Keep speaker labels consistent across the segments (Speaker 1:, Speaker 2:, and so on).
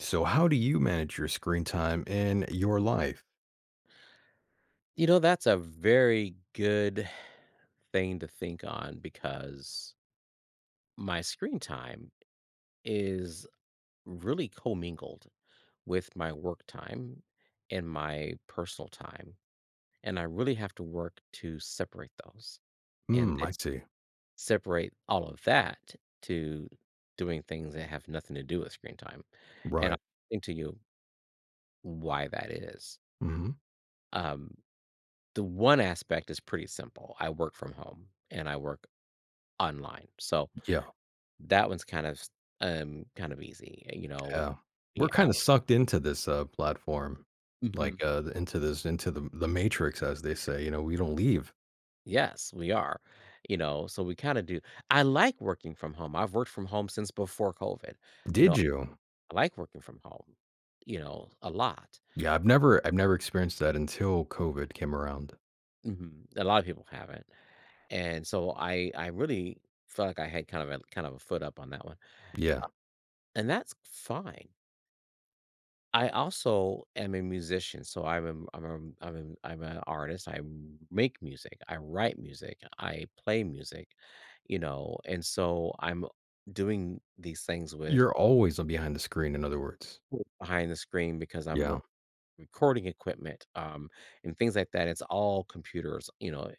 Speaker 1: So how do you manage your screen time in your life?
Speaker 2: You know, that's a very good thing to think on because my screen time is really commingled with my work time and my personal time. And I really have to work to separate those, and
Speaker 1: Mm,
Speaker 2: then
Speaker 1: I see.
Speaker 2: separate all of that to doing things that have nothing to do with screen time. And I'll
Speaker 1: Right.
Speaker 2: explain to you why that is.
Speaker 1: Mhm.
Speaker 2: Um, the one aspect is pretty simple. I work from home and I work online, so
Speaker 1: Yeah,
Speaker 2: that one's kind of easy, you know,
Speaker 1: yeah. We're
Speaker 2: we out.
Speaker 1: kinda sucked into this, platform,
Speaker 2: Mhm.
Speaker 1: like, the into this into the matrix, as they say, you know, we don't leave.
Speaker 2: Yes, we are, you know, so we kinda do. I like working from home. I've worked from home since before COVID, you know.
Speaker 1: Did you?
Speaker 2: I like working from home, you know, a lot.
Speaker 1: Yeah, I've never experienced that until COVID came around.
Speaker 2: Mhm, a lot of people haven't, and so I really felt like I had kind of a foot up on that one,
Speaker 1: Yeah.
Speaker 2: and that's fine. I also am a musician, so I'm an artist. I make music, I write music, I play music, you know, and so I'm doing these things with
Speaker 1: You're always behind the screen, in other words.
Speaker 2: cool. Behind the screen because
Speaker 1: Yeah.
Speaker 2: recording equipment, and things like that. It's all computers, you know,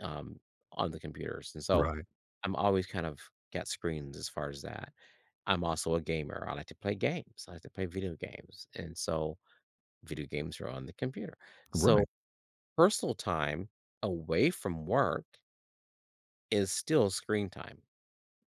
Speaker 2: um, on the computers, and so
Speaker 1: Right.
Speaker 2: I'm always kind of got screens as far as that. I'm also a gamer. I like to play games. I like to play video games, and so video games are on the computer. So
Speaker 1: Right.
Speaker 2: personal time away from work is still screen time.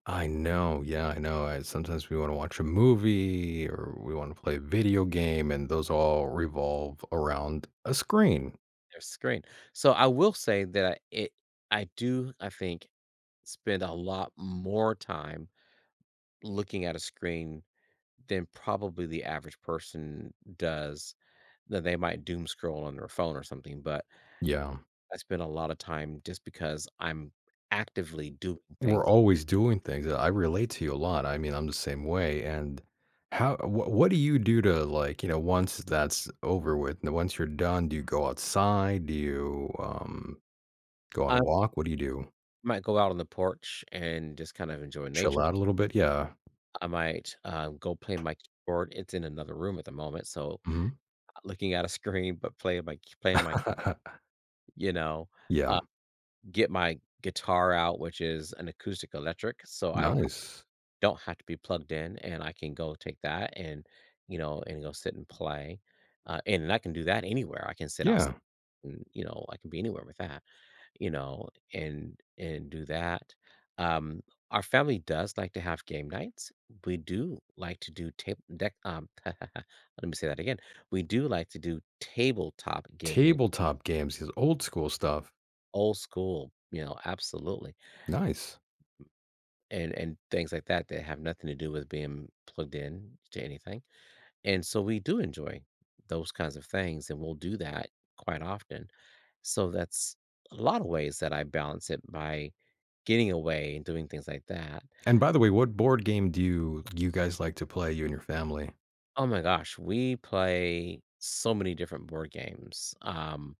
Speaker 1: I know. I sometimes we wanna watch a movie or we wanna play a video game, and those all revolve around a screen.
Speaker 2: There's screen. So I will say that I- it I do I think spend a lot more time looking at a screen than probably the average person does. That they might doom scroll on their phone or something, but
Speaker 1: Yeah.
Speaker 2: I spend a lot of time just because I'm actively doing
Speaker 1: We're
Speaker 2: things.
Speaker 1: always doing things. I relate to you a lot. I mean, I'm the same way, and how wha what do you do to, like, once that's over with and once you're done, do you go outside? Do you, go on a
Speaker 2: I
Speaker 1: walk? What do you do?
Speaker 2: might go out on the porch and just kind of enjoy
Speaker 1: Chill
Speaker 2: nature.
Speaker 1: out a little bit? Yeah.
Speaker 2: I might, go play my keyboard. It's in another room at the moment, so
Speaker 1: Mhm.
Speaker 2: looking at a screen, but playing my, you know,
Speaker 1: Yeah.
Speaker 2: uh, get my guitar out, which is an acoustic electric, so I
Speaker 1: Nice.
Speaker 2: don't have to be plugged in, and I can go take that and, you know, and go sit and play. And I can do that anywhere. I can sit out,
Speaker 1: Yeah.
Speaker 2: and, you know, I can be anywhere with that, you know, and do that. Um, our family does like to have game nights. We do like to do table deck. Let me say that again. We do like to do tabletop gaming,
Speaker 1: Tabletop games, his old school stuff.
Speaker 2: old school. You know, absolutely,
Speaker 1: Nice.
Speaker 2: and things like that that have nothing to do with being plugged in to anything. And so we do enjoy those kinds of things, and we'll do that quite often. So that's a lot of ways that I balance it by getting away and doing things like that.
Speaker 1: And by the way, what board game do you guys like to play, you and your family?
Speaker 2: Oh my gosh, we play so many different board games.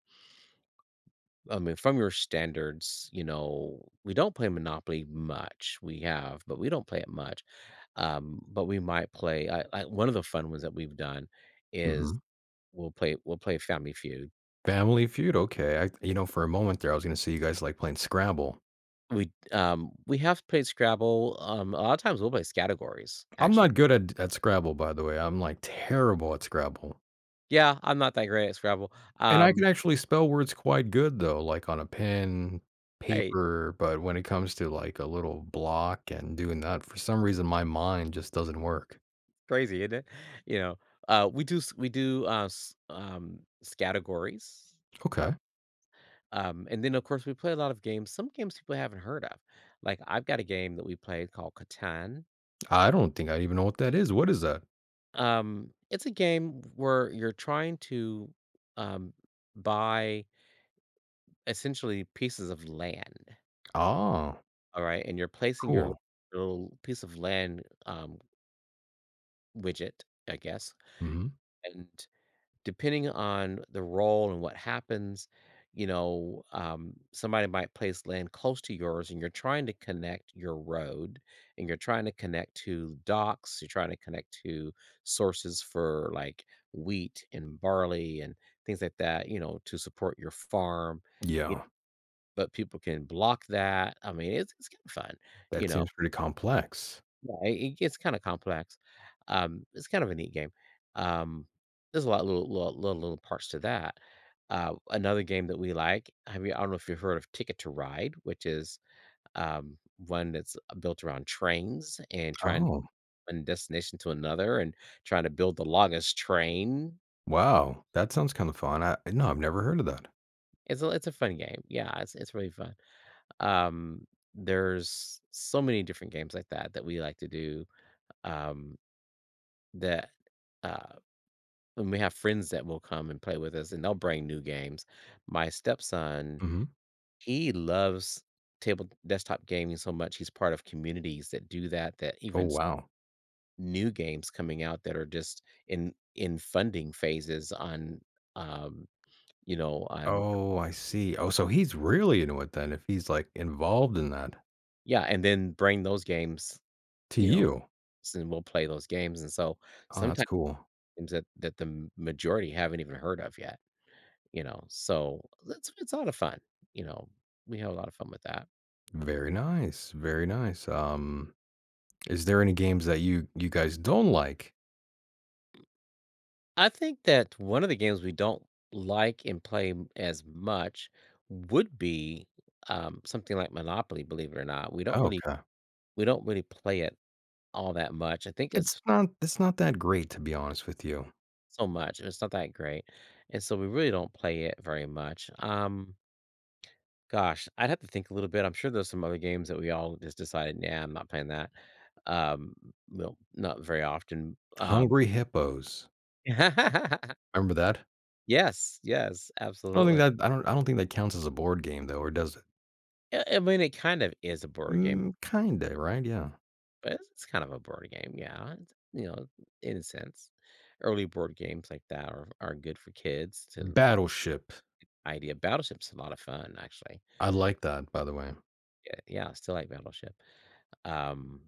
Speaker 2: I mean, from your standards, you know, we don't play Monopoly much. We have, but we don't play it much. But we might play. One of the fun ones that we've done is
Speaker 1: Mhm.
Speaker 2: we'll play Family Feud.
Speaker 1: Family Feud, okay. For a moment there, I was gonna say you guys like playing Scrabble.
Speaker 2: We have played Scrabble. A lot of times we'll play categories.
Speaker 1: I'm
Speaker 2: Actually,
Speaker 1: not good at Scrabble, by the way. I'm, like, terrible at Scrabble.
Speaker 2: yeah, I'm not that great at Scrabble.
Speaker 1: And I
Speaker 2: Um,
Speaker 1: can actually spell words quite good, though, like, on a pen,
Speaker 2: hey,
Speaker 1: paper, but when it comes to, like, a little block and doing that, for some reason, my mind just doesn't work.
Speaker 2: Crazy, isn't it? You know, we do, s s categories. Oh.
Speaker 1: Okay.
Speaker 2: And then, of course, we play a lot of games, some games people haven't heard of. Like, I've got a game that we played called Catan.
Speaker 1: I don't think I even know what that is. What is that?
Speaker 2: It's a game where you're trying to, um, buy, essentially, pieces of land,
Speaker 1: Oh,
Speaker 2: alright? And you're placing your
Speaker 1: cool.
Speaker 2: little piece of land, widget, I guess,
Speaker 1: Mhm.
Speaker 2: and depending on the role and what happens, you know, somebody might place land close to yours and you're trying to connect your road, and you're trying to connect to docks, you're trying to connect to sources for like wheat and barley and things like that, you know, to support your farm. y-
Speaker 1: Yeah.
Speaker 2: But people can block that. I mean, it's kind of fun, you
Speaker 1: That
Speaker 2: know.
Speaker 1: seems pretty complex.
Speaker 2: Yeah, it gets kinda complex. It's kind of a neat game. Um, there's a lot of little parts to that. Another game that we like, have you, I don't know if you've heard of Ticket to Ride, which is, one that's built around trains and trying
Speaker 1: Oh,
Speaker 2: one destination to another and trying to build the longest train.
Speaker 1: wow. That sounds kinda fun. I've never heard of that.
Speaker 2: It's a fun game. Yeah, it's really fun. Um, there's so many different games like that that we like to do, um, that, uh And we have friends that will come and play with us, and they'll bring new games. My stepson,
Speaker 1: Mhm.
Speaker 2: he loves table desktop gaming so much. He's part of communities that do that, that
Speaker 1: Oh,
Speaker 2: even
Speaker 1: wow.
Speaker 2: new games coming out that are just in funding phases on, um, you know, on,
Speaker 1: Oh, I see. Oh, so he's really into it then if he's, like, involved in that
Speaker 2: yeah, and then bring those games,
Speaker 1: to
Speaker 2: you know,
Speaker 1: you.
Speaker 2: and we'll play those games. And so
Speaker 1: Oh, that's
Speaker 2: sometimes
Speaker 1: cool.
Speaker 2: games that, that the majority haven't even heard of yet, you know. So it's a lot of fun, you know. We have a lot of fun with that.
Speaker 1: Very nice, very nice. Is there any games that you guys don't like?
Speaker 2: I think that one of the games we don't like and play as much would be, something like Monopoly. Believe it or not,
Speaker 1: Oh, okay.
Speaker 2: we don't really play it all that much. I think it's
Speaker 1: It's not that great, to be honest with you.
Speaker 2: so much. And it's not that great, and so we really don't play it very much. Gosh, I'd have to think a little bit. I'm sure there's some other games that we all just decided, yeah, I'm not playing that. Um, well, not very often.
Speaker 1: Hungry Hippos. Remember that?
Speaker 2: Yes, yes,
Speaker 1: I don't think
Speaker 2: absolutely.
Speaker 1: that I don't I don't think that counts as a board game, though, or does it?
Speaker 2: I mean, it kind of is a board game.
Speaker 1: Mm, kinda, right? Yeah.
Speaker 2: But it's kind of a board game, yeah, it's, you know, in a sense. Early board games like that are good for kids to
Speaker 1: Battleship.
Speaker 2: idea. Battleship's a lot of fun, actually.
Speaker 1: I like that, by the way.
Speaker 2: Yeah, yeah, I still like Battleship. Um,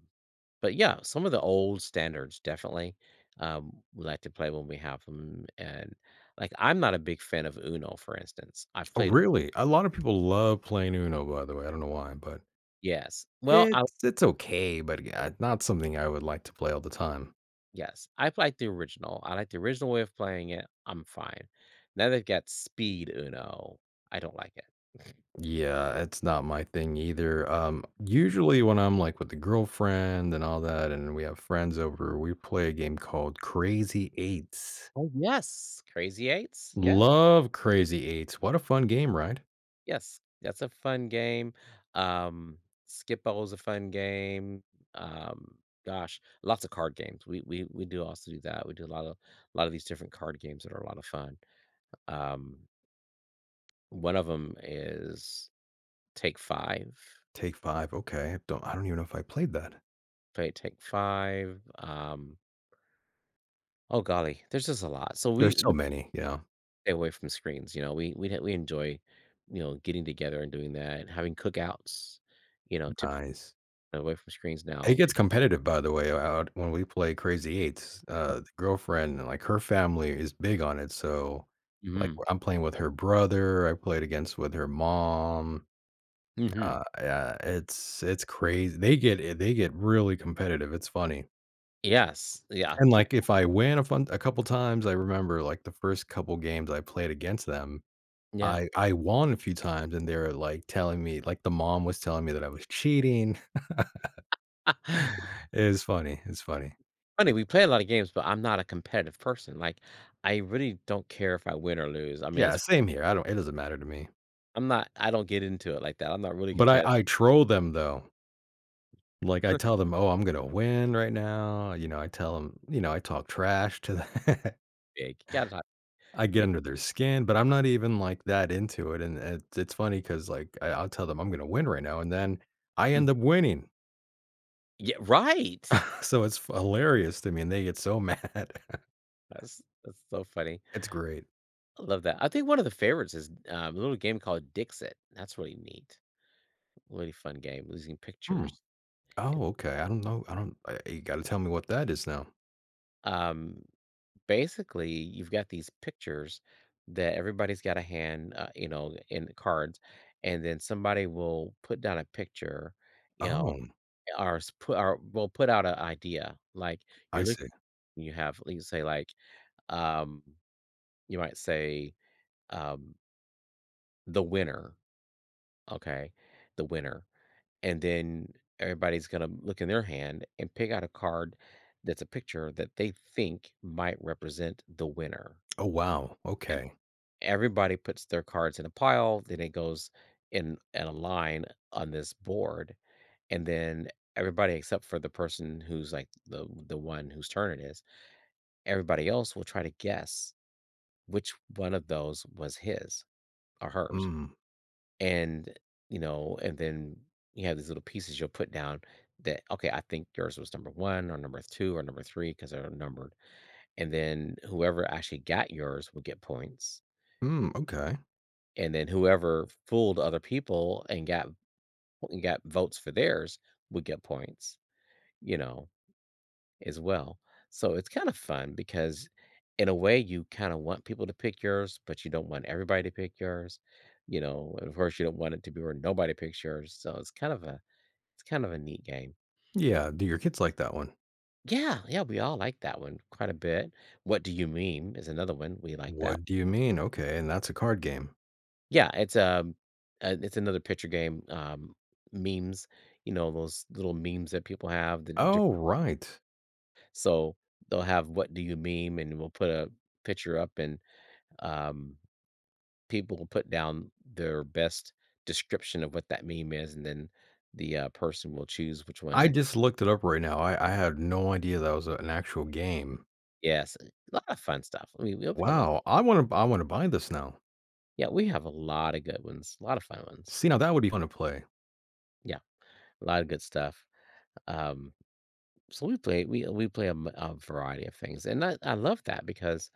Speaker 2: but, yeah, some of the old standards definitely, we like to play when we have them. And, like, I'm not a big fan of Uno, for instance. I've
Speaker 1: Oh,
Speaker 2: played.
Speaker 1: really? A lot of people love playing Uno, by the way. I don't know why, but
Speaker 2: Yes. Well, I
Speaker 1: it's okay, but yeah, not something I would like to play all the time.
Speaker 2: Yes, I like the original. I like the original way of playing it, I'm fine. Now they've got speed Uno, I don't like it.
Speaker 1: Yeah, it's not my thing either. Usually when I'm like with the girlfriend and all that, and we have friends over, we play a game called Crazy Eights.
Speaker 2: Oh, yes. Crazy Eights. Yes,
Speaker 1: Love Crazy Eights. What a fun game, right?
Speaker 2: yes. That's a fun game. Um, Skip-Bo is a fun game. Um, Gosh, lots of card games. We do also do that. We do a lot of these different card games that are a lot of fun. Um, One of them is Take Five.
Speaker 1: Take five. Okay. I don't even know if I played that.
Speaker 2: Play Take Five. Oh golly, there's just a lot. So we
Speaker 1: There's so many. Yeah.
Speaker 2: stay away from screens. You know, we enjoy, you know, getting together and doing that, having cookouts. You know, typically
Speaker 1: Nice.
Speaker 2: away from screens
Speaker 1: It
Speaker 2: now.
Speaker 1: gets competitive, by the way, out when we play Crazy Eights, the girlfriend like, her family is big on it, so, like,
Speaker 2: Mhm,
Speaker 1: I'm playing with her brother, I played against with her mom,
Speaker 2: mhm.
Speaker 1: yeah, it's crazy. They get they get really competitive, it's funny,
Speaker 2: Yes, yeah,
Speaker 1: and, like, if I win a couple times, I remember, like, the first couple games I played against them,
Speaker 2: yeah.
Speaker 1: I won a few times, and they were, like, telling me like, the mom was telling me that I was cheating. It's funny, it's funny.
Speaker 2: Funny, we play a lot of games, but I'm not a competitive person, like, I really don't care if I win or lose. I mean,
Speaker 1: Yeah,
Speaker 2: it's,
Speaker 1: same here. I don't It doesn't matter to me.
Speaker 2: I don't get into it like that. I'm not really
Speaker 1: But I
Speaker 2: competitive.
Speaker 1: I troll them though. Like I tell them, "Oh, I'm gonna win right now." You know, I tell them, you know, I talk trash to them.
Speaker 2: Like, you gotta talk.
Speaker 1: I get
Speaker 2: Yeah,
Speaker 1: under their skin, but I'm not even like that into it. It's funny because I'll tell them I'm gonna win right now, and then I
Speaker 2: mhm.
Speaker 1: end up winning.
Speaker 2: Yeah, right!
Speaker 1: So it's hilarious to me, and they get so mad.
Speaker 2: That's so funny.
Speaker 1: It's great.
Speaker 2: I love that. I think one of the favorites is, a little game called Dixit. That's really neat. Really fun game, losing
Speaker 1: Hmm.
Speaker 2: pictures. It
Speaker 1: Oh, okay. I don't know. I don't. I, You got to tell me what that is now.
Speaker 2: um Basically, you've got these pictures that everybody's got a hand, you know, in the cards, and then somebody will put down a picture, you know,
Speaker 1: Oh,
Speaker 2: or s- put or will put out an idea. Like,
Speaker 1: I
Speaker 2: you're looking,
Speaker 1: see.
Speaker 2: you have, like, you say like, um, you might say, um, the winner, okay, the winner, and then everybody's gonna look in their hand and pick out a card that's a picture that they think might represent the winner.
Speaker 1: Oh, wow. Okay.
Speaker 2: Everybody puts their cards in a pile, then it goes in a line on this board, and then everybody except for the person who's, like, the one whose turn it is, everybody else will try to guess which one of those was his or hers,
Speaker 1: Hmm.
Speaker 2: and, you know, and then you have these little pieces you'll put down that, "Okay, I think yours was number 1 or number 2 or number three because 'cause they're numbered, and then whoever actually got yours will get points.
Speaker 1: Hmm. Okay.
Speaker 2: And then whoever fooled other people and got votes for theirs would get points, you know, as well. So it's kind of fun because in a way you kind of want people to pick yours, but you don't want everybody to pick yours, you know, and of course you don't want it to be where nobody picks yours. So it's kind of a neat game.
Speaker 1: Yeah, do your kids like that one?
Speaker 2: Yeah, yeah, we all like that one quite a bit. What Do You Mean is another one. We like that.
Speaker 1: What do you mean? Okay, and that's a card game.
Speaker 2: Yeah, it's another picture game, memes, you know, those little memes that people have that are diff,
Speaker 1: Oh, right.
Speaker 2: so they'll have "What Do You Meme?" and we'll put a picture up and, um, people will put down their best description of what that meme is, and then the, person will choose which one
Speaker 1: I
Speaker 2: I.
Speaker 1: just looked it up right now. I had no idea that was a- an actual game.
Speaker 2: Yes, a lot of fun stuff. I mean, we hope you a lot.
Speaker 1: Wow, I want to buy this now.
Speaker 2: Yeah, we have a lot of good ones, a lot of fun ones.
Speaker 1: See, now that would be fun to play
Speaker 2: Yeah, a lot of good stuff. Um So we play a, a variety of things, and I love that because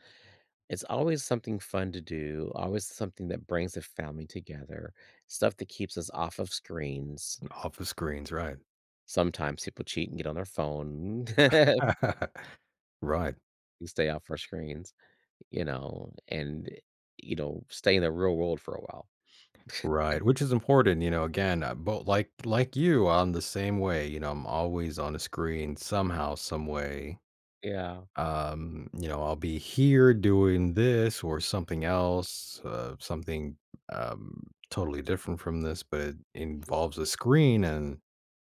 Speaker 2: it's always something fun to do, always something that brings the family together, stuff that keeps us off of screens.
Speaker 1: off the screens, right?
Speaker 2: Sometimes people cheat and get on their phone,
Speaker 1: Right,
Speaker 2: we stay off our screens, you know, you know, stay in the real world for a while.
Speaker 1: right. Which is important, you know. Again, but like you, I'm the same way. You know, I'm always on a screen somehow, some way.
Speaker 2: Yeah.
Speaker 1: Um, you know, I'll be here doing this or something else, something um totally different from this, but it involves a screen, and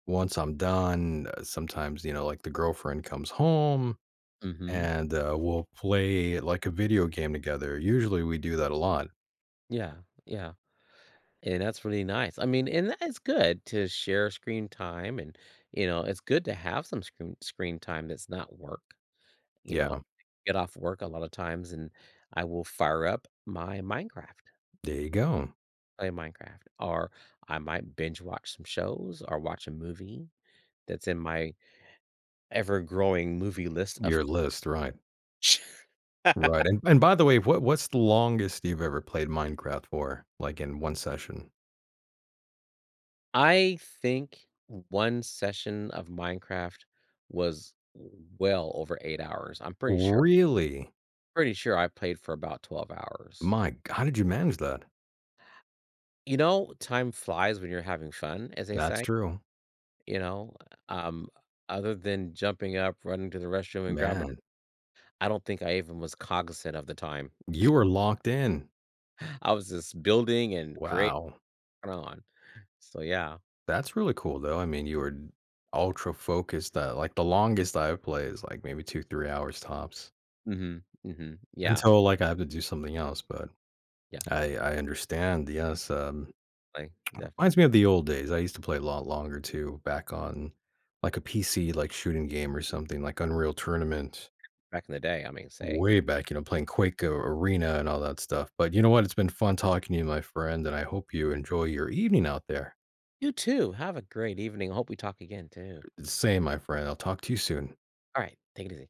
Speaker 1: once I'm done, sometimes, you know, like the girlfriend comes home
Speaker 2: Mm-hmm.
Speaker 1: and, we'll play like a video game together. Usually we do that a lot.
Speaker 2: Yeah. Yeah. And that's really nice. I mean, and that- it's good to share screen time and, you know, it's good to have some screen time that's not work. You know,
Speaker 1: Yeah,
Speaker 2: get off work a lot of times and I will fire up my Minecraft,
Speaker 1: there you go.
Speaker 2: play Minecraft, or I might binge watch some shows or watch a movie that's in my ever-growing movie list of
Speaker 1: Your list, right. Right. And by the way, what's the longest you've ever played Minecraft for, like, in one session?
Speaker 2: I think one session of Minecraft was well over 8 hours. I'm pretty sure
Speaker 1: Really?
Speaker 2: Pretty sure I played for about 12 hours.
Speaker 1: My g how did you manage that?
Speaker 2: You know, time flies when you're having fun, as they
Speaker 1: That's
Speaker 2: say.
Speaker 1: true.
Speaker 2: You know, um, other than jumping up, running to the restroom and grabbing,
Speaker 1: Man,
Speaker 2: I don't think I even was cognizant of the time.
Speaker 1: you were locked in.
Speaker 2: I was just building and creating
Speaker 1: Wow.
Speaker 2: on. So, yeah.
Speaker 1: That's really cool, though. I mean, you were ultra focused that like, the longest I would play is, like, maybe 2, 3 hours tops
Speaker 2: Mhm, mhm. Yeah,
Speaker 1: until, like, I have to do something else, but
Speaker 2: yeah,
Speaker 1: I understand, yes,
Speaker 2: like, definitely
Speaker 1: reminds me of the old days. I used to play a lot longer too back on, like, a PC, like, shooting game or something, like Unreal Tournament.
Speaker 2: back in the day, I mean, say.
Speaker 1: Way back, you know, playing Quake a Arena and all that stuff, but you know what? It's been fun talking to you, my friend, and I hope you enjoy your evening out there.
Speaker 2: You too, have a great evening, hope we talk again too.
Speaker 1: Same, my friend. I'll talk to you soon.
Speaker 2: Alright, take it easy.